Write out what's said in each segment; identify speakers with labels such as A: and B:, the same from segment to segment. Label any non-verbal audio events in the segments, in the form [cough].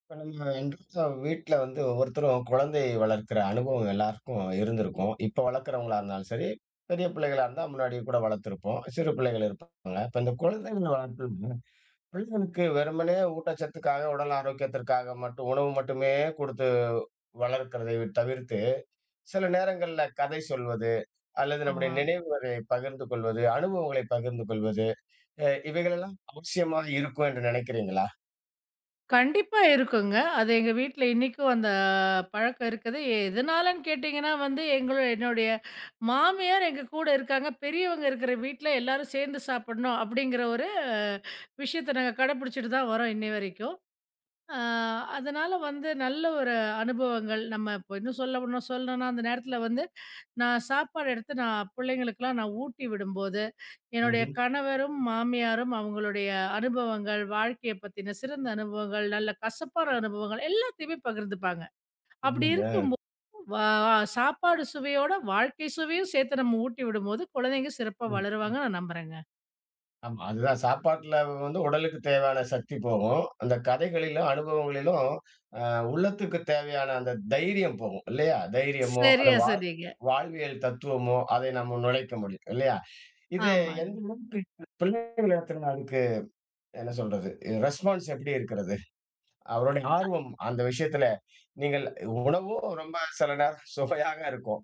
A: இப்ப நம்ம இன்றும் வீட்ல வந்து ஒவ்வொருத்தரும் குழந்தை வளர்க்கிற அனுபவம் எல்லாருக்கும் இருந்திருக்கும். இப்ப வளர்க்கிறவங்களா இருந்தாலும் சரி, பெரிய பிள்ளைகளா இருந்தா முன்னாடி கூட வளர்த்திருப்போம். சிறு பிள்ளைகள் இருப்பாங்க. இப்ப இந்த குழந்தைகள் வளர்ப்புல பிள்ளைகளுக்கு வெறுமனே ஊட்டச்சத்துக்காக, உடல் ஆரோக்கியத்திற்காக மட்டும் உணவு மட்டுமே குடுத்து வளர்க்கிறதை தவிர்த்து, சில நேரங்கள்ல கதை சொல்வது, அல்லது நம்முடைய
B: ஆமா.
A: நினைவுகளை பகிர்ந்து கொள்வது, அனுபவங்களை பகிர்ந்து கொள்வது, இவைகளெல்லாம் அவசியமா இருக்கும் என்று நினைக்கிறீங்களா?
B: கண்டிப்பா இருக்குங்க. அது எங்க வீட்ல இன்னைக்கும் அந்த பழக்கம் இருக்குது. எதனாலன்னு கேட்டீங்கன்னா வந்து, என்னுடைய மாமியார் எங்க கூட இருக்காங்க. பெரியவங்க இருக்கிற வீட்ல எல்லாரும் சேர்ந்து சாப்பிடணும் அப்படிங்கிற ஒரு விஷயத்த நாங்க கடைபிடிச்சுட்டு தான் வரோம் இன்னை வரைக்கும். அ அதனால வந்து நல்ல ஒரு அனுபவங்கள் நம்ம இப்போ இன்னும் சொல்லணும்னா சொல்லணும்னா, அந்த நேரத்தில வந்து சாப்பாடு எடுத்து நான் பிள்ளைங்களுக்கெல்லாம் ஊட்டி விடும்போது என்னுடைய
A: ம்ஹ்ம்.
B: கணவரும், மாமியாரும் அவங்களுடைய அனுபவங்கள், வாழ்க்கைய பத்தின சிறந்த அனுபவங்கள், நல்ல கசப்பான அனுபவங்கள் எல்லாத்தையுமே பகிர்ந்துப்பாங்க. அப்படி
A: நல்லது.
B: இருக்கும்போது வா சாப்பாடு சுவையோட வாழ்க்கை சுவையும் சேர்த்து நம்ம ஊட்டி விடும்போது, குழந்தைங்க சிறப்பா வளருவாங்கன்னு நான் நம்புறேங்க.
A: ஆமா. அதுதான் சாப்பாட்டுல வந்து உடலுக்கு தேவையான சக்தி போகும். அந்த கதைகளிலும், அனுபவங்களிலும் உள்ளத்துக்கு தேவையான அந்த தைரியம் போகும். இல்லையா? தைரியமோ, அந்த
B: சரியா சொன்னீங்க.
A: வாழ்வியல் தத்துவமோ, அதை நம்ம நுழைக்க முடியும். இல்லையா? இது
B: ஆமாங்க.
A: எந்த அளவுக்கு பிள்ளைகளிடத்துல அதுக்கு என்ன சொல்றது? ரெஸ்பான்ஸ் எப்படி இருக்கிறது? அவருடைய ஆர்வம் அந்த விஷயத்துல நீங்கள் உணவும் ரொம்ப சில நேரம் சுவையாக இருக்கும்.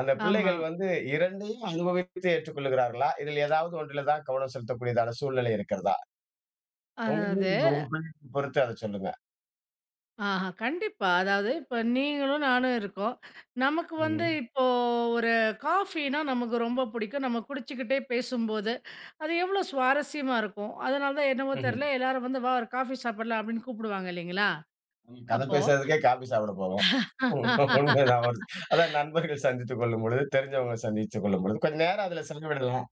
A: அந்த
B: ஆமா.
A: பிள்ளைகள் வந்து 2யும் அனுபவித்து ஏற்றுக்கொள்கிறார்களா? இதில் ஏதாவது ஒன்றில தான் கவனம் செலுத்தக்கூடியதான சூழ்நிலை இருக்கிறதா? உங்க
B: அதாவது
A: வீட்ல உங்க பிள்ளைக்கு பொறுத்து அத சொல்லுங்க.
B: ஆஹா, கண்டிப்பா. அதாவது இப்ப நீங்களும் நானும் இருக்கோம். நமக்கு வந்து
A: ம்.
B: இப்போ ஒரு காஃபின்னா நமக்கு ரொம்ப பிடிக்கும். நம்ம குடிச்சுக்கிட்டே பேசும்போது, அது எவ்வளோ சுவாரஸ்யமா இருக்கும். அதனால தான் என்னவோ
A: ம்ஹ்ம்.
B: தெரியல, எல்லாரும் வந்து "வா ஒரு காஃபி சாப்பிடலாம்" அப்படின்னு கூப்பிடுவாங்க இல்லைங்களா?
A: ஆமா. கதை
B: அப்போ
A: பேசுறதுக்கே காஃபி சாப்பிட போவோம். உண்மைதான். ஒரு
B: [laughs]
A: அதான் நண்பர்கள் சந்தித்துக் கொள்ளும்பொழுது, தெரிஞ்சவங்க சந்தித்துக் கொள்ளும்பொழுது, கொஞ்சம் நேரம் அதுல செலவிடலாம்.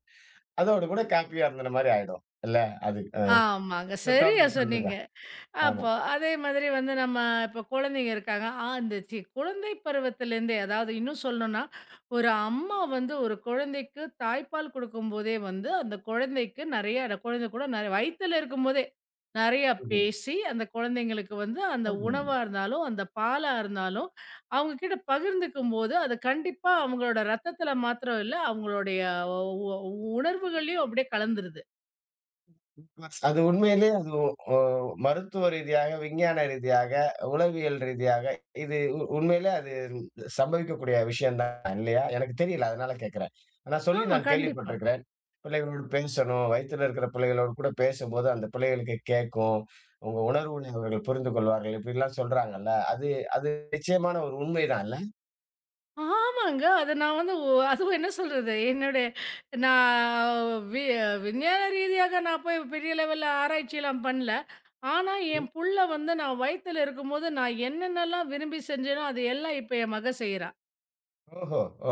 A: அதோடு கூட காஃபியா இருந்துன மாரி ஆயிடும். இல்ல அது.
B: ஆமாங்க.
A: சோ
B: சரியா
A: தொடர்ந்து சொல்லுங்க.
B: சொன்னீங்க.
A: ஆமா.
B: அப்போ அதே மாதிரி வந்து நம்ம இப்போ குழந்தைங்க இருக்காங்க. ஆ இந்த குழந்தை பருவத்திலேருந்தே அதாவது இன்னும் சொல்லணும்னா, ஒரு அம்மா வந்து ஒரு குழந்தைக்கு தாய்ப்பால் குடுக்கும்போதே வந்து, அந்த குழந்தைக்கு நெறைய அந்த குழந்தை கூட நெறைய வயித்துல இருக்கும்போதே, நெறையா
A: ம்ஹ்ம்.
B: பேசி அந்த குழந்தைங்களுக்கு வந்து அந்த
A: ம்.
B: உணவா இருந்தாலும், அந்த பாலா இருந்தாலும், அவங்க கிட்ட பகிர்ந்துக்கும்போது, அது கண்டிப்பா அவங்களோட ரத்தத்துல மாத்திரம் இல்ல, அவங்களுடைய உ உ உணர்வுகள்லயும் அப்படியே கலந்துருது.
A: அது உண்மையிலேயே அது ஒ மருத்துவ ரீதியாக, விஞ்ஞான ரீதியாக, உளவியல் ரீதியாக இது உண்மையிலே அது சம்பவிக்கக்கூடிய விஷயம் தான் இல்லையா? எனக்கு தெரியல. அதனால கேட்கிறேன். ஆனா சொல்லி
B: ஆமா,
A: நான்
B: கண்டிப்பா.
A: கேள்விப்பட்டிருக்கிறேன். பிள்ளைகளோடு பேசணும். வயித்துல இருக்கிற பிள்ளைகளோடு கூட பேசும்போது, அந்த பிள்ளைகளுக்கு கேட்கும். உங்க உணர்வுகளை அவர்கள் புரிந்து கொள்வார்கள். இப்படிலாம் சொல்றாங்கல்ல. அது அது நிச்சயமான ஒரு உண்மைதான் இல்ல?
B: ஆமாங்க. அத நான் வந்து அதுவும் என்ன சொல்றது, என்னுடைய நான் வி விஞ்ஞான ரீதியாக நான் போய் பெரிய லெவல்ல ஆராய்ச்சிலாம் பண்ணல. ஆனா, என் புள்ள வந்து நான் வயித்துல இருக்கும்போது, நான் என்னென்னலாம் விரும்பி செஞ்சேனோ, அது எல்லாம் இப்ப என் மக செய்றா.
A: ஓஹோ! ஓ!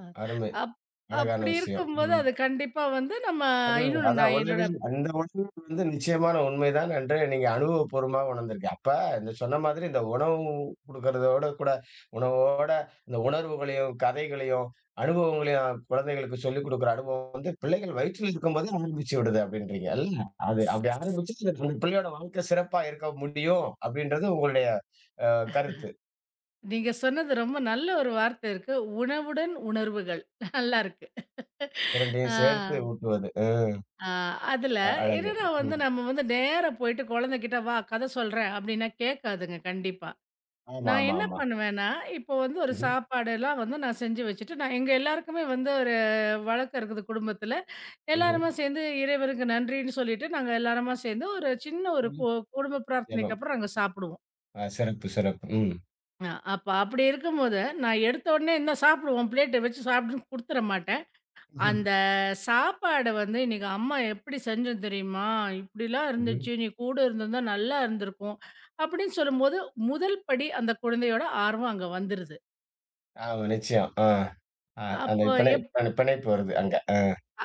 B: ஆ.
A: அருமை.
B: அப்
A: அழகான
B: அப்படி
A: விஷயம்.
B: இருக்கும்போது,
A: ம்.
B: அது கண்டிப்பா வந்து நம்ம
A: அது
B: இன்னொன்னு
A: அதான்
B: நான் என்னோட
A: உளவியல் அந்த உளவியல் வந்து நிச்சயமான உண்மைதான் என்று நீங்க அனுபவபூர்வமா உணர்ந்திருக்கீங்க. அப்ப இந்த சொன்ன மாதிரி இந்த உணவு குடுக்கிறதோட கூட உணவோட இந்த உணர்வுகளையும், கதைகளையும், அனுபவங்களையும் குழந்தைகளுக்கு சொல்லிக் குடுக்குற அனுபவம் வந்து பிள்ளைகள் வயிற்றில் இருக்கும்போதே ஆரம்பிச்சு விடுது அப்படின்றீங்க. இல்ல, அது அப்படி ஆரம்பிச்சு அந்த அந்த பிள்ளையோட வாழ்க்கை சிறப்பா இருக்க முடியும் அப்படின்றது உங்களுடைய அ கருத்து.
B: நீங்க சொன்னது ரொம்ப நல்ல ஒரு வார்த்தை இருக்கு. உணவுடன் உணர்வுகள். நல்லாருக்கு.
A: 2யும் சேர்த்து
B: ஆ.
A: ஊட்டுவது.
B: ஆ, அதுல
A: அ அழகு.
B: என்னன்னா வந்து
A: ம்.
B: வந்து நேரா போயிட்டு குழந்தைகிட்ட வா கதை சொல்றேன் அப்படின்னா கேட்காதுங்க கண்டிப்பா.
A: ஆமா,
B: நான்
A: ஆமா,
B: என்ன
A: ஆமா.
B: பண்ணுவேன்னா, இப்போ வந்து ஒரு
A: ம்ஹ்ம்.
B: சாப்பாடுலாம் வந்து நான் செஞ்சு வச்சுட்டு, நான் எங்க எல்லாருக்குமே வந்து ஒரு வழக்கம் இருக்குது குடும்பத்துல.
A: ம்ஹ்ம்.
B: எல்லாருமா சேர்ந்து இறைவனுக்கு நன்றின்னு சொல்லிட்டு, நாங்க எல்லாருமா சேர்ந்து ஒரு சின்ன ஒரு
A: ம்.
B: குடும்ப பிரார்த்தனைக்கு
A: ஜெபம்.
B: அப்புறம் நாங்க சாப்பிடுவோம்.
A: சிறப்பு, சிறப்பு. ம்.
B: அ அப்ப அப்படி இருக்கும்போது, நான் எடுத்த உடனே "இந்தா சாப்பிடு உன் பிளேட்ட வச்சு சாப்பிடுன்னு" குடுத்துற மாட்டேன்.
A: ம்ஹ்ம்.
B: அந்த சாப்பாட வந்து இன்னைக்கு அம்மா எப்படி செஞ்சது தெரியுமா? இப்படிலாம்
A: ம்ஹ்ம்.
B: இருந்துச்சு. நீ கூட இருந்திருந்தா நல்லா இருந்திருக்கும். அப்படின்னு சொல்லும்போது, முதல் படி அந்த குழந்தையோட ஆர்வம் அங்க வந்துருது.
A: ஆமா நிச்சயம். ஆ, அ அந்த
B: அப்போ
A: பிணை
B: எப்
A: பிணை பிணைப்பு வருது அங்க.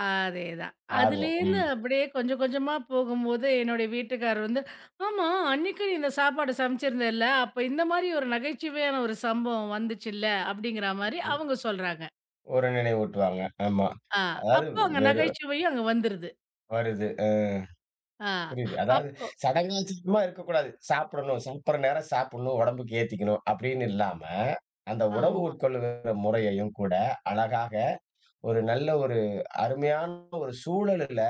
B: அதேதான்.
A: ஆர்வம்.
B: அதுலேருந்து
A: ம்.
B: அப்படியே கொஞ்சம் கொஞ்சமா போகும்போது, என்னுடைய வீட்டுக்காரர் வந்து, "ஆமா, அன்னைக்கு நீ இந்த சாப்பாடு சமைச்சிருந்தல்ல, அப்ப இந்த மாரி ஒரு நகைச்சுவையான ஒரு சம்பவம் வந்துச்சுல்ல?" அப்படிங்கிற மாரி
A: ம்.
B: அவங்க சொல்றாங்க.
A: ஒரு நினைவூட்டுவாங்க. ஆமா.
B: ஆ,
A: அதாவது
B: அப்போ அங்க
A: வெறு
B: நகைச்சுவையும் அங்க வந்துருது.
A: வருது. அ
B: ஆ,
A: புரியுது. அதாவது
B: அப்போ
A: சடங்காச்சரியமா இருக்கக்கூடாது. சாப்பிடணும். சாப்பிடுற நேரம் சாப்பிடணும். உடம்புக்கு ஏத்திக்கணும் அப்படின்னு இல்லாம, அந்த உணவு
B: ஆமா.
A: உட்கொள்ளுகிற முறையையும் கூட அழகாக ஒரு நல்ல ஒரு அருமையான ஒரு சூழலுல,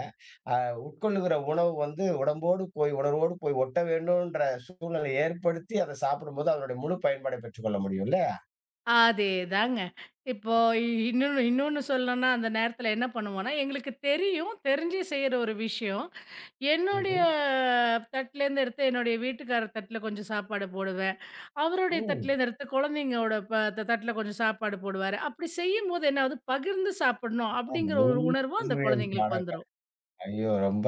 A: அ உட்கொள்ளுகிற உணவு வந்து உடம்போடு போய் உணர்வோடு போய் ஒட்ட வேண்டுன்ற சூழ்நிலை ஏற்படுத்தி, அத சாப்பிடும்போது அதனுடைய முழு பயன்பாடை பெற்றுக்கொள்ள முடியும்ல.
B: அதேதாங்க. இப்போ இன்னொன்னு இன்னொன்னு சொல்லணும்னா, அந்த நேரத்தில என்ன பண்ணுவோம்னா, எங்களுக்கு தெரியும். தெரிஞ்சு செய்ற ஒரு விஷயம். என்னுடைய
A: ம்ஹ்ம்.
B: தட்டுலேருந்து எடுத்து என்னுடைய வீட்டுக்காரர் தட்டுல கொஞ்சம் சாப்பாடு போடுவேன். அவருடைய
A: ம்.
B: தட்டுலேருந்து எடுத்து குழந்தைங்களோட ப த தட்டுல கொஞ்சம் சாப்பாடு போடுவாரு. அப்படி செய்யும்போது என்ன ஆகுது, பகிர்ந்து சாப்பிடணும்
A: ஆ,
B: அப்படிங்கிற
A: நல்ல
B: ஒரு உணர்வு அந்த
A: உண்மையான
B: குழந்தைங்களுக்கு
A: பாடங்கள்.
B: வந்துரும்.
A: ஐயோ! ரொம்ப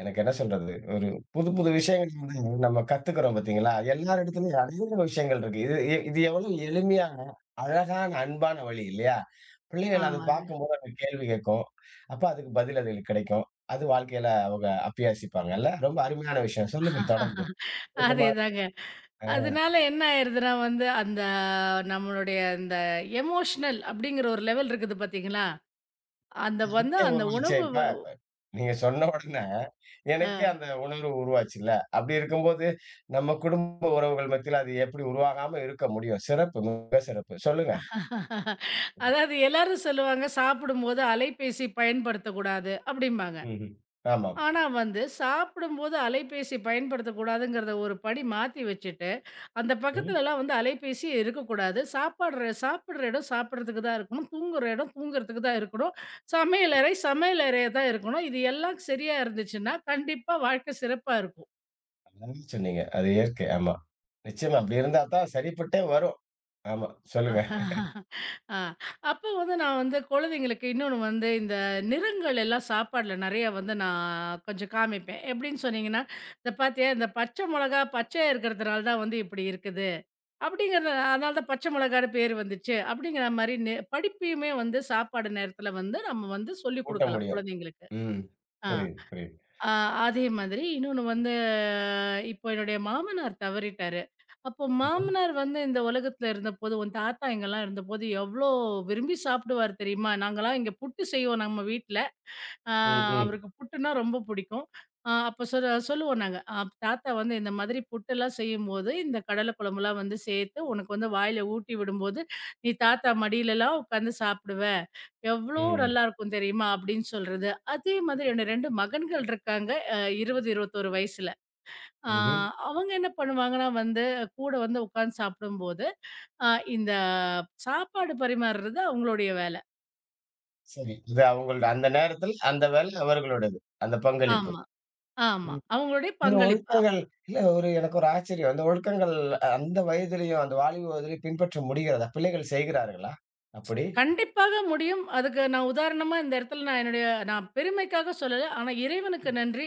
A: எனக்கு என்ன சொல்றது? ஒரு புது, புது விஷயங்கள் வந்து நம்ம கத்துக்கிறோம் பார்த்தீங்களா? எல்லார் இடத்துலயும் அநேக விஷயங்கள் இருக்கு. இது எ இது எவ்வளவு எளிமையான, அழகான, அன்பான வழி இல்லையா? பிள்ளைகள் அத
B: ஆமாங்க.
A: பார்க்கும்போது அந்த கேள்வி கேட்கும். அப்ப அதுக்கு பதில் அதுகளுக்கு கிடைக்கும். அது வாழ்க்கையில அவங்க அபியாசிப்பாங்கல்ல. ரொம்ப அருமையான விஷயம். சொல்லுங்க தொடர்ந்து. விருப்பமா
B: அதேதாங்க. அதனால என்ன ஆயிருதுன்னா வந்து, அந்த நம்மளுடைய அந்த எமோஷனல் அப்படிங்கிற ஒரு லெவல் இருக்குது பார்த்தீங்களா?
A: அ
B: அந்த வந்து அந்த உணவு
A: [unintelligible] நீங்க சொன்ன உடனே, எனக்கே அந்த உணர்வு உருவாச்சுல்ல. அப்படி இருக்கும்போது, நம்ம குடும்ப உறவுகள் மத்தியில அது எப்படி உருவாகாம இருக்க முடியும்? சிறப்பு, மிக சிறப்பு. சொல்லுங்க.
B: [laughs] அதாவது எல்லாரும் சொல்லுவாங்க, "சாப்பிடும்போது அலைபேசி பயன்படுத்தக்கூடாது" அப்படிம்பாங்க.
A: ம்ஹ்ம். ஆமாம்.
B: ஆனா வந்து சாப்பிடும்போது அலைபேசி பயன்படுத்தக்கூடாதுங்கிறத ஒரு படி மாத்தி வச்சுட்டு, அந்த
A: ம்.
B: பக்கத்துலலாம் வந்து அலைபேசியே இருக்கக்கூடாது. சாப்பிடுற இடம் சாப்பிடுறதுக்கு தான் இருக்கணும். தூங்குற இடம் தூங்குறதுக்கு தான் இருக்கணும். சமையலறை சமையலறையா தான் இருக்கணும். இது எல்லாம் சரியா இருந்துச்சுன்னா, கண்டிப்பா வாழ்க்கை சிறப்பா இருக்கும்.
A: அழகா சொன்னீங்க. அது இயற்கை. ஆமா. நிச்சயமா. அப்படி இருந்தா தான் சரிப்பட்டே வரும். ஆமா. சொல்லுங்க.
B: ஆ. அப்போ வந்து நான் வந்து குழந்தைங்களுக்கு இன்னொன்னு வந்து இந்த நிறங்கள் எல்லாம் சாப்பாடுல நிறையா வந்து நான் கொஞ்சம் காமிப்பேன். எப்படின்னு சொன்னீங்கன்னா, "இத பார்த்தியா இந்த பச்சை மொளகா பச்சையா இருக்கிறதுனால தான் வந்து இப்படி இருக்குது. அப்படிங்கிறது அதனால தான் பச்சை மொளகான்னு பேர் வந்துச்சு." அப்படிங்கிற மாரி படிப்பையுமே வந்து சாப்பாடு நேரத்தில வந்து நம்ம வந்து சொல்லிக்
A: கூட்ட
B: குடுக்கலாம்
A: முடியும்.
B: குழந்தைங்களுக்கு.
A: ம்.
B: ஆ.
A: புரியுது, புரியுது.
B: ஆ அதே மாதிரி இன்னொன்னு வந்து இப்போ என்னுடைய மாமனார் தவறிட்டாரு. அப்போ
A: ம்ஹ்ம்.
B: மாமனார் வந்து இந்த உலகத்துல இருந்தபோது, "உன் தாத்தா இங்கலாம் இருந்தபோது எவ்ளோ விரும்பி சாப்பிடுவாரு தெரியுமா? நாங்கலாம் இங்க புட்டு செய்வோம் நம்ம வீட்ல." ஆ,
A: ம், ம்.
B: அவருக்கு புட்டுன்னா ரொம்ப பிடிக்கும். ஆ அப்ப சொல்லுவோம் நாங்க. "அப் தாத்தா வந்து இந்த மாதிரி புட்டெல்லாம் செய்யும்போது, இந்த கடலை குழம்புலாம் வந்து சேர்த்து உனக்கு வந்து வாயில ஊட்டி விடும்போது, நீ தாத்தா மடியிலலாம் உட்காந்து சாப்பிடுவ. எவ்ளோ
A: ம்.
B: நல்லாருக்கும் தெரியுமா?" அப்படின்னு சொல்றது. அதே மாதிரி என்னோட 2 மகன்கள் இருக்காங்க. 20, 21 வயசுல. ஆ
A: ம்ஹ்ம்.
B: அவங்க என்ன பண்ணுவாங்கன்னா வந்து, கூட வந்து உட்காந்து சாப்பிடும்போது, அ இந்த சாப்பாடு பரிமாறுறது அவங்களுடைய வேலை.
A: சரி. இது அவங்களோட அந்த நேரத்தில் அந்த வேலை அவர்களுடையது. அந்த பங்களிப்பு.
B: ஆமா, ஆமா.
A: ம்.
B: அவங்களுடைய
A: இந்த
B: பங்களிப்பு.
A: ஒழுக்கங்கள் இல்ல ஒரு எனக்கு ஒரு ஆச்சரியம். அந்த ஒழுக்கங்கள் அந்த வயதிலேயும், அந்த வாலிப வயதிலேயும் பின்பற்ற முடிகிறதா? பிள்ளைகள் செய்கிறார்களா? அப்படி?
B: கண்டிப்பாக முடியும். அதுக்கு நான் உதாரணமா இந்த இடத்துல நான் நான் பெருமைக்காக சொல்லல. ஆனா இறைவனுக்கு நன்றி.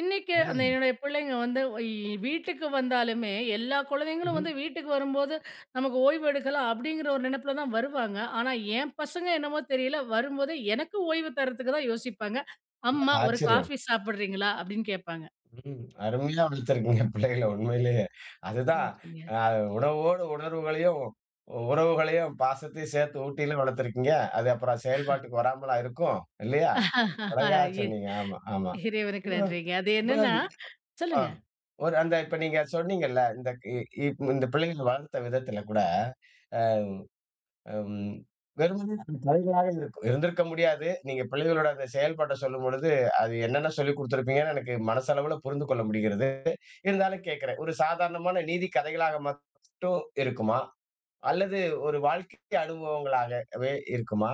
B: இன்னைக்கு அந்த
A: ஆ.
B: என்னுடைய பிள்ளைங்க வந்து இ வீட்டுக்கு வந்தாலுமே, எல்லா குழந்தைங்களும்
A: ம்ஹ்ம்.
B: வந்து வீட்டுக்கு வரும்போது, "நமக்கு ஓய்வு எடுக்கலாம்." அப்படிங்கிற ஒரு நினைப்புல தான் வருவாங்க. ஆனா என் பசங்க என்னமோ தெரியல, வரும்போதே எனக்கு ஓய்வு தரத்துக்கு தான் யோசிப்பாங்க.
A: இல்ல
B: "அம்மா ஒரு
A: ஆச்சரியம்.
B: காஃபி சாப்பிடுறீங்களா?" அப்படின்னு கேட்பாங்க.
A: ம். அருமையா வளர்த்துருக்கீங்க பிள்ளைகள உண்மையிலேயே. அதுதான்
B: நன்றிங்க.
A: அ உணவோடு உணர்வுகளையும், உ- உறவுகளையும் பாசத்தையும் சேர்த்து ஊட்டிலும் வளர்த்துருக்கீங்க. அது அப்புறம் செயல்பாட்டுக்கு வராமலா இருக்கும். இல்லையா? அழகா
B: [laughs] இ
A: சொன்னீங்க. ஆமா, ஆமா.
B: இறைவனுக்கு
A: இப்ப
B: நன்றிங்க. அது
A: இப்ப
B: என்னன்னா
A: ஆ.
B: சொல்லுங்க.
A: ஒரு அந்த இப்ப நீங்க சொன்னீங்கல்ல, இந்த இ இப் இந்த பிள்ளைகள வளர்த்த விதத்துல கூட ம். வெறுமனே அது தலைகீழாவே இருக்கும். இருந்திருக்க முடியாது. நீங்க பிள்ளைகளோட அந்த செயல்பாட்ட சொல்லும்பொழுது, அது என்னென்ன சொல்லிக் குடுத்திருப்பீங்கன்னு எனக்கு மனசளவுல புரிந்து கொள்ள முடிகிறது. இருந்தாலும் கேட்கிறேன். ஒரு சாதாரணமான நீதி கதைகளாக மட்டும் இருக்குமா? அல்லது ஒரு வாழ்க்கை அனுபவங்களாகவே இருக்குமா?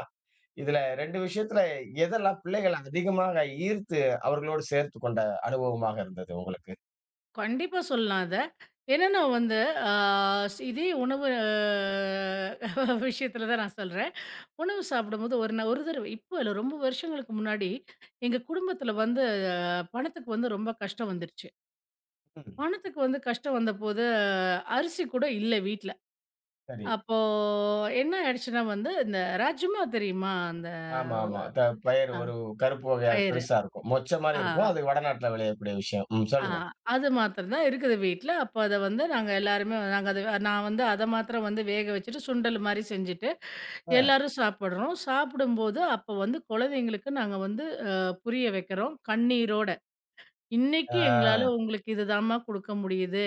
A: இதுல 2 விஷயத்துல எதெல்லாம் பிள்ளைகள அதிகமாக ஈர்த்து அவர்களோடு சேர்த்துக் கொண்ட அனுபவமாக இருந்தது உங்களுக்கு?
B: கண்டிப்பா சொல்லலாம் அத. ஏன்னா நான் வந்து ஆ இதே உணவு விஷயத்தில [laughs] தான் நான் சொல்றேன். உணவு சாப்பிடும்போது நான் ஒரு தடவ இப்போ இல்ல ரொம்ப வருஷங்களுக்கு முன்னாடி, எங்க குடும்பத்தில வந்து பணத்துக்கு வந்து ரொம்ப கஷ்டம் வந்துருச்சு.
A: ம்.
B: பணத்துக்கு வந்து கஷ்டம் வந்தபோது அரிசி கூட இல்ல வீட்ல.
A: சரி.
B: அப்போ என்ன ஆயிடுச்சுன்னா வந்து, இந்த ராஜ்மா தெரியுமா? அந்த
A: ஆமா, ஆமா. பயிர்
B: அ
A: ஒரு கருப்பு வகையா
B: பயறு.
A: பெருசா இருக்கும். மொச்ச மாரி
B: ஆ.
A: இருக்கும். அது வடநாட்டுல விளையக்கூடிய விஷயம். ம்.
B: ஆ,
A: சொல்லுங்க.
B: அது மாத்திரம் தான் இருக்குது வீட்ல. அப்ப அத வந்து நாங்க எல்லாருமே நாங்க அத நான் வந்து அத மாத்திரம் வந்து வேக வச்சுட்டு, சுண்டல் மாரி செஞ்சுட்டு,
A: அ.
B: எல்லாரும் சாப்பிடுறோம். சாப்பிடும்போது அப்ப வந்து குழந்தைங்களுக்கு நாங்க வந்து அ புரிய வைக்கிறோம். கண்ணீரோட. இன்னைக்கு எங்களால
A: ஆ.
B: உங்களுக்கு இதுதாம்மா குடுக்க முடியுது.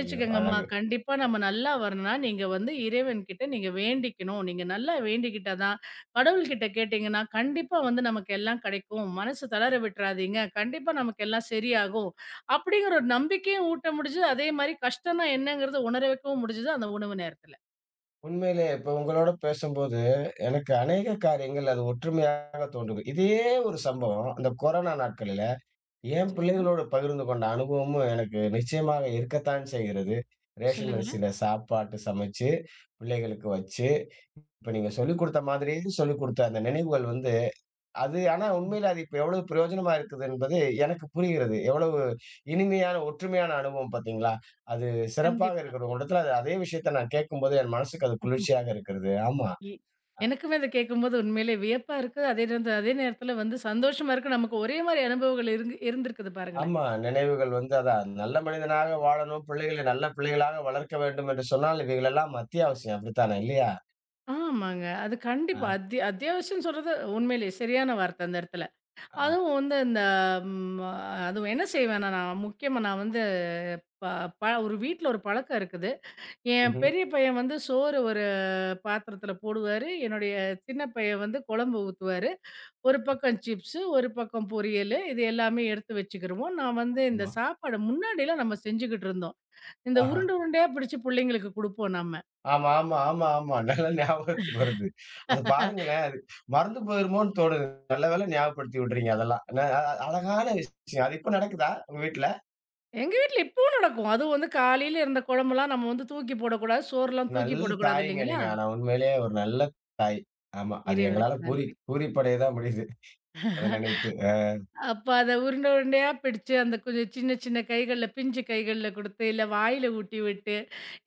A: ஐயோ! அழகு.
B: கண்டிப்பா நம்ம நல்லா வரணும்னா, நீங்க வந்து இறைவன்கிட்ட நீங்க வேண்டிக்கணும். நீங்க நல்லா வேண்டிக்கிட்டா தான் கடவுள்கிட்ட கேட்டீங்கன்னா, கண்டிப்பா வந்து நமக்கு எல்லாம் கிடைக்கும். மனசு தளர விட்டுறாதீங்க. கண்டிப்பா நமக்கு எல்லாம் சரியாகும். அப்படிங்கிற ஒரு நம்பிக்கையும் ஊட்ட முடிஞ்சது. அதே மாரி கஷ்டம்னா என்னங்கிறத உணர வைக்கவும் முடிஞ்சது அந்த உணவு நேரத்துல.
A: உண்மையிலே இப்ப உங்களோட பேசும்போது, எனக்கு அநேக காரியங்கள் அது ஒற்றுமையாக தோன்றுது. இதே ஒரு சம்பவம் அந்த கொரோனா நாட்களில, என்
B: சரிங்க.
A: பிள்ளைகளோடு பகிர்ந்து கொண்ட அனுபவமும் எனக்கு நிச்சயமாக இருக்கத்தான் செய்கிறது. ரேஷன்
B: சொல்லுங்களேன்.
A: அரிசியில சாப்பாட்டு சமைச்சு, பிள்ளைகளுக்கு வச்சு, இப்ப நீங்க சொல்லிக் குடுத்த மாதிரியே சொல்லிக் குடுத்த அந்த நினைவுகள் வந்து அது ஆனா உண்மையில அது இப்ப எவ்வளவு பிரயோஜனமா இருக்குது என்பது எனக்கு புரிகிறது. எவ்வளவு இனிமையான, ஒற்றுமையான அனுபவம் பார்த்தீங்களா? அது சிறப்பாக
B: கண்டிப்பா.
A: இருக்கிறது. உங்க இடத்துல அது அதே விஷயத்த நான் கேட்கும்போது என் மனசுக்கு அது குளிர்ச்சியாக இருக்கிறது. ஆமா,
B: இ எனக்குமே அத கேட்கும்போது உண்மையிலே வியப்பா இருக்கு. அதே நேரத்துல வந்து சந்தோஷமா இருக்கு. நமக்கு ஒரே மாரி அனுபவங்கள் இருந்திருக்குது பாருங்களேன்.
A: ஆமா. நினைவுகள் வந்து அதான் நல்ல மனிதனாக வாழணும், பிள்ளைகளை நல்ல பிள்ளைகளாக வளர்க்க வேண்டும் என்று சொன்னால், இவைகளெல்லாம் அத்தியாவசியம். அப்படித்தானே இல்லையா?
B: ஆமாங்க. அது கண்டிப்பா.
A: அ,
B: அத்தியாவசியம்ன்னு சொல்றது உண்மையிலேயே சரியான வார்த்தை அந்த இடத்துல.
A: ஆ.
B: அதுவும் வந்து இந்த ம் அதுவும் என்ன செய்வேன்னா, நான் வந்து ப ப ஒரு வீட்ல ஒரு பழக்கம் இருக்குது. என்
A: ம்ஹ்ம்.
B: பெரிய பையன் வந்து சோறு ஒரு பாத்திரத்துல போடுவாரு. என்னுடைய சின்ன பையன் வந்து குழம்பு ஊத்துவாரு. ஒரு பக்கம் சிப்ஸு, ஒரு பக்கம் பொரியலு. இது எல்லாமே எடுத்து வச்சுக்கிருவோம். நான் வந்து இந்த
A: ஆமா.
B: சாப்பாடு முன்னாடிலாம் நம்ம செஞ்சுகிட்டு இருந்தோம். இந்த
A: ஆஹ.
B: உருண்ட உருண்டையா பிடிச்சு புள்ளைங்களுக்கு குடுப்போம் நம்ம.
A: ஆமா, ஆமா, ஆமா, ஆமா. நல்ல ஞாபகத்துக்கு வருது. அது பாருங்களேன். அது மறந்து போயிருமோன்னு தோணுது. நல்ல வேளை ஞாபகப்படுத்தி விடுறீங்க அதெல்லாம். ந அ அ அழகான விஷயம். அது இப்ப நடக்குதா உங்க வீட்ல?
B: எங்க வீட்ல இப்பவும் நடக்கும். அதுவும் வந்து காலையில இருந்த குழம்பெல்லாம் நம்ம வந்து தூக்கி போடக்கூடாது. சோறுலாம் தூக்கி
A: நல்ல
B: போடக்கூடாது
A: தாய்ங்க
B: இல்லைங்களா?
A: நீங்க. ஆனா உண்மையிலேயே ஒரு நல்ல தாய். ஆமா. அது எங்களால
B: இறைவருக்கு
A: பூரி
B: நன்றி.
A: பூரிப்படைய தான் முடியுது. அத நினைத்து. அ.
B: அப்ப அத உருண்டை உருண்டையா பிடிச்சு, அந்த கொஞ்சம் சின்ன சின்ன கைகள்ல, பிஞ்சு கைகள்ல குடுத்து, இல்ல வாயில ஊட்டி விட்டு,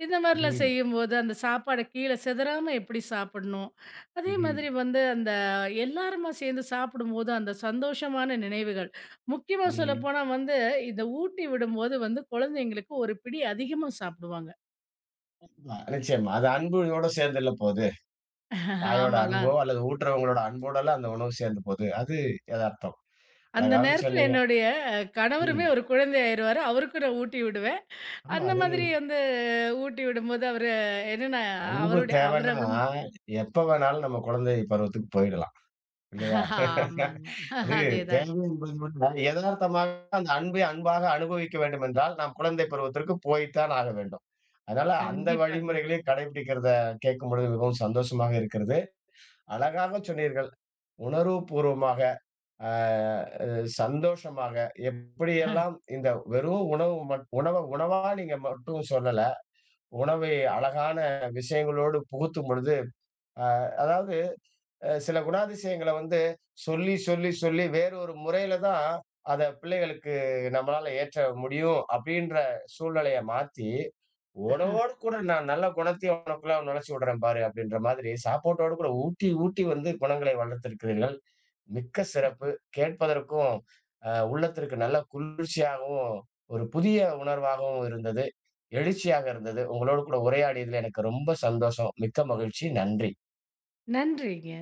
B: இந்த மாரிலாம்
A: ம்.
B: செய்யும்போது, அந்த சாப்பாட கீழ சிதறாம எப்படி சாப்பிடணும்? அதே
A: ம்ஹ்ம்.
B: மாதிரி வந்து அந்த எல்லாருமா சேர்ந்து சாப்பிடும்போது, அந்த சந்தோஷமான நினைவுகள். முக்கியமா
A: ம்.
B: சொல்லப்போனா வந்து, இந்த ஊட்டி விடும்போது வந்து குழந்தைங்களுக்கு ஒரு பிடி அதிகமா சாப்பிடுவாங்க.
A: அ நிச்சயமா. அது அன்போட சேர்ந்துல்ல போது. தாயோட
B: ஆமாங்க.
A: அன்போ அல்லது ஊட்டுறவங்களோட அன்போடல்லாம் அந்த உணவு சேர்ந்து போது. அது எதார்த்தம்.
B: அந்த
A: அழகாக
B: நேரத்துல
A: சொன்னீங்க.
B: என்னுடைய கணவருமே
A: ம்.
B: ஒரு குழந்தை ஆயிருவாரு. அவருக்கும் நான் ஊட்டி விடுவேன்.
A: ஆமா
B: அந்த
A: அது
B: மாதிரி வந்து ஊட்டி விடும்போது அவரு என்னன்னா,
A: அன்பு
B: அவர
A: தேவைன்னா,
B: வந்து
A: எப்ப வேணாலும் நம்ம குழந்தை பருவத்துக்கு போயிடலாம். இல்லையா?
B: [laughs] ஆமாங்க.
A: அது
B: [laughs] அதேதாங்க.
A: தேவை என்பதை விட, எதார்த்தமாக அந்த அன்பை அன்பாக அனுபவிக்க வேண்டும் என்றால், நாம் குழந்தை பருவத்திற்கு போய்த்தான் ஆக வேண்டும். அதனால அந்த
B: கண்டிப்பாங்க.
A: வழிமுறைகளையும் கடைபிடிக்கிறத கேட்கும்பொழுது மிகவும் சந்தோஷமாக இருக்கிறது. அழகாக சொன்னீர்கள். உணர்வுபூர்வமாக, அ சந்தோஷமாக எப்படியெல்லாம்
B: [laughs]
A: இந்த வெறும் உணவு மட் உணவ உணவா நீங்க மட்டும் சொல்லல. உணவை அழகான விஷயங்களோடு புகுத்தும்பொழுது அ அதாவது அ சில குணாதிசயங்கள வந்து சொல்லி, சொல்லி, சொல்லி வேறொரு முறையில தான் அத பிள்ளைகளுக்கு நம்மளால ஏற்ற முடியும் அப்படின்ற சூழ்நிலைய மாத்தி, "உணவோடு கூட நான் நல்ல குணத்தையும் உனக்குள்ள நுழைச்சு விடுறேன் பாரு" அப்படின்ற மாதிரி சாப்பாட்டோடு கூட ஊட்டி, ஊட்டி வந்து குணங்களை வளர்த்திருக்கிறீர்கள். மிக்க சிறப்பு. கேட்பதற்கும் அ உள்ளத்திற்கு நல்ல குளிர்ச்சியாகவும், ஒரு புதிய உணர்வாகவும் இருந்தது. எழுச்சியாக இருந்தது. உங்களோடு கூட உரையாடியதில எனக்கு ரொம்ப சந்தோஷம். மிக்க மகிழ்ச்சி. நன்றி.
B: நன்றிங்க.